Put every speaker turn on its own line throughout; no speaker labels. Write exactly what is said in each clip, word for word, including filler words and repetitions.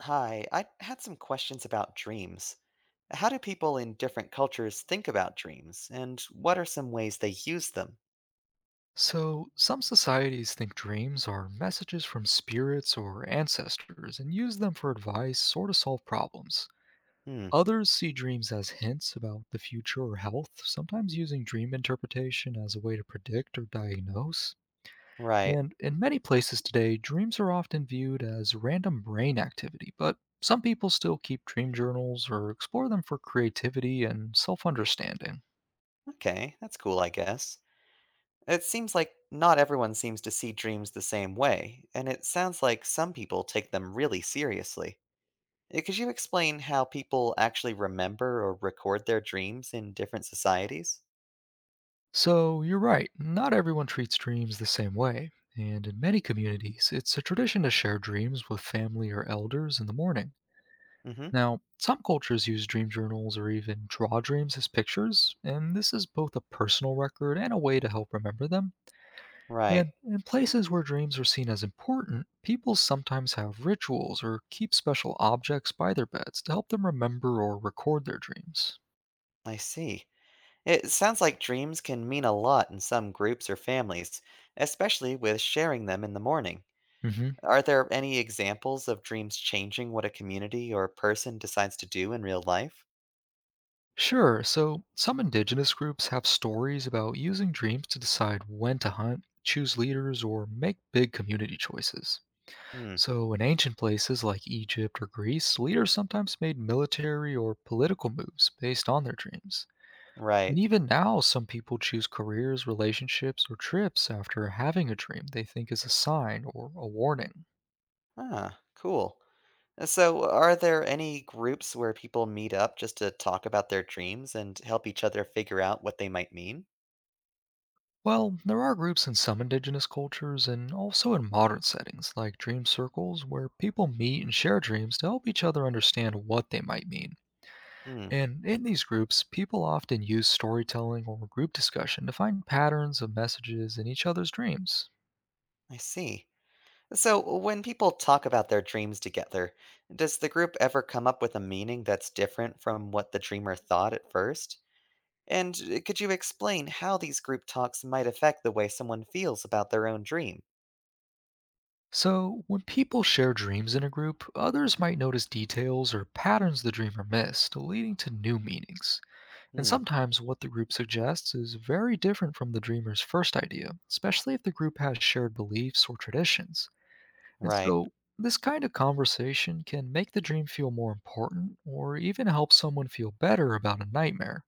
Hi, I had some questions about dreams. How do people in different cultures think about dreams, and what are some ways they use them?
So, some societies think dreams are messages from spirits or ancestors and use them for advice or to solve problems.
Hmm,
Others see dreams as hints about the future or health, sometimes using dream interpretation as a way to predict or diagnose.
right.
And in many places today, dreams are often viewed as random brain activity, but some people still keep dream journals or explore them for creativity and self understanding.
Okay, that's cool, I guess. It seems like not everyone seems to see dreams the same way, and it sounds like some people take them really seriously. Uh, Could you explain how people actually remember or record their dreams in different societies?
So, you're right, not everyone treats dreams the same way, and in many communities, it's a tradition to share dreams with family or elders in the morning.
Mm hmm,
Now, some cultures use dream journals or even draw dreams as pictures, and this is both a personal record and a way to help remember them.
right.
And in places where dreams are seen as important, people sometimes have rituals or keep special objects by their beds to help them remember or record their dreams.
I see. It sounds like dreams can mean a lot in some groups or families, especially with sharing them in the morning.
Mm-hmm.
Are there any examples of dreams changing what a community or person decides to do in real life?
Sure. So, some indigenous groups have stories about using dreams to decide when to hunt, choose leaders, or make big community choices.
Hmm,
So, in ancient places like Egypt or Greece, leaders sometimes made military or political moves based on their dreams. And
right.
even now, some people choose careers, relationships, or trips after having a dream they think is a sign or a warning.
Ah, cool. Uh, So, are there any groups where people meet up just to talk about their dreams and help each other figure out what they might mean?
Well, there are groups in some indigenous cultures and also in modern settings like dream circles where people meet and share dreams to help each other understand what they might mean.
Hmm,
And in these groups, people often use storytelling or group discussion to find patterns of messages in each other's dreams.
I see. So, when people talk about their dreams together, does the group ever come up with a meaning that's different from what the dreamer thought at first? And uh, could you explain how these group talks might affect the way someone feels about their own dream?
So, when people share dreams in a group, others might notice details or patterns the dreamer missed, leading to new meanings. And
Hmm,
sometimes what the group suggests is very different from the dreamer's first idea, especially if the group has shared beliefs or traditions. And
right.
so, this kind of conversation can make the dream feel more important or even help someone feel better about a nightmare.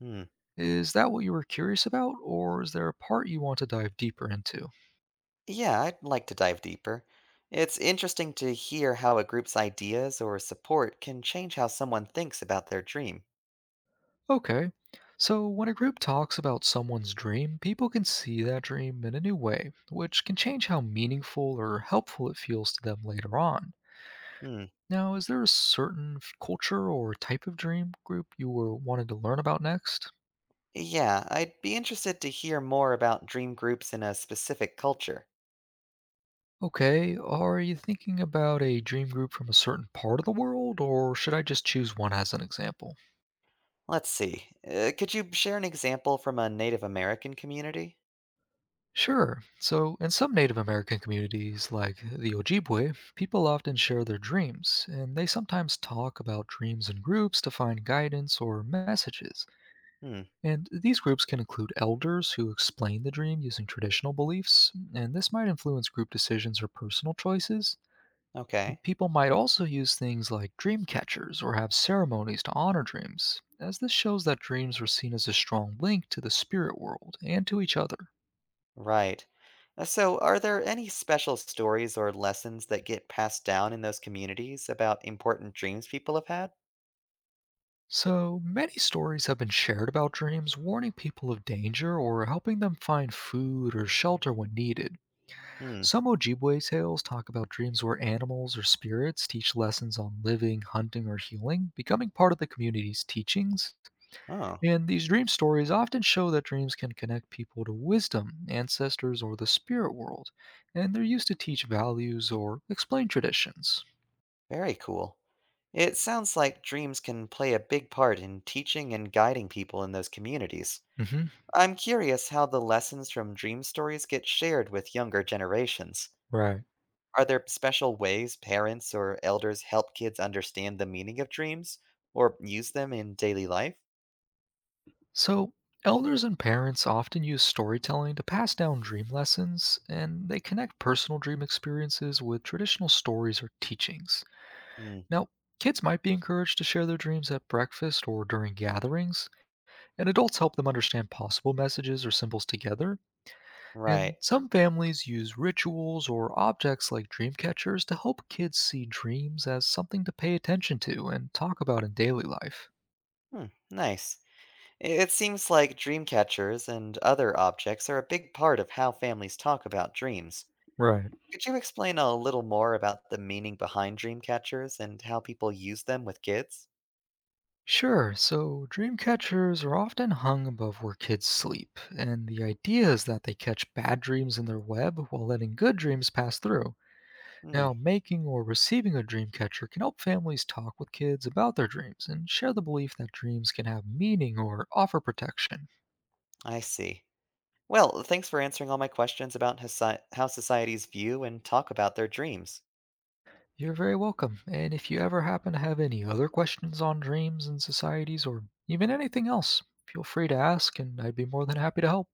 Hmm.
Is that what you were curious about, or is there a part you want to dive deeper into?
Yeah, I'd like to dive deeper. It's interesting to hear how a group's ideas or support can change how someone thinks about their dream.
Okay, so when a group talks about someone's dream, people can see that dream in a new way, which can change how meaningful or helpful it feels to them later on.
Hmm.
Now, is there a certain f- culture or type of dream group you were wanting to learn about next?
Yeah, I'd be interested to hear more about dream groups in a specific culture.
Okay, are you thinking about a dream group from a certain part of the world, or should I just choose one as an example?
Let's see. Uh, could you share an example from a Native American community?
Sure. So, in some Native American communities, like the Ojibwe, people often share their dreams, and they sometimes talk about dreams in groups to find guidance or messages.
Hmm,
And these groups can include elders who explain the dream using traditional beliefs, and this might influence group decisions or personal choices.
okay.
People might also use things like dream catchers or have ceremonies to honor dreams, as this shows that dreams were seen as a strong link to the spirit world and to each other.
Right. Uh, So, are there any special stories or lessons that get passed down in those communities about important dreams people have had?
So, many stories have been shared about dreams, warning people of danger or helping them find food or shelter when needed.
Hmm,
Some Ojibwe tales talk about dreams where animals or spirits teach lessons on living, hunting, or healing, becoming part of the community's teachings.
oh,
And these dream stories often show that dreams can connect people to wisdom, ancestors, or the spirit world, and they're used to teach values or explain traditions.
very cool. It sounds like dreams can play a big part in teaching and guiding people in those communities.
Hmm.
I'm curious how the lessons from dream stories get shared with younger generations.
Right.
Are there special ways parents or elders help kids understand the meaning of dreams or use them in daily life?
So, elders and parents often use storytelling to pass down dream lessons, and they connect personal dream experiences with traditional stories or teachings.
Hmm,
Now, kids might be encouraged to share their dreams at breakfast or during gatherings, and adults help them understand possible messages or symbols together. And
right.
some families use rituals or objects like dream catchers to help kids see dreams as something to pay attention to and talk about in daily life.
Hmm, nice. I- It seems like dream catchers and other objects are a big part of how families talk about dreams.
Right.
Could you explain a little more about the meaning behind dream catchers and how people use them with kids?
Sure, so dream catchers are often hung above where kids sleep, and the idea is that they catch bad dreams in their web while letting good dreams pass through.
Hmm,
Now, making or receiving a dream catcher can help families talk with kids about their dreams and share the belief that dreams can have meaning or offer protection.
I see. Well, thanks for answering all my questions about how soci- how societies view and talk about their dreams.
You're very welcome, and if you ever happen to have any other questions on dreams and societies or even anything else, feel free to ask and I'd be more than happy to help.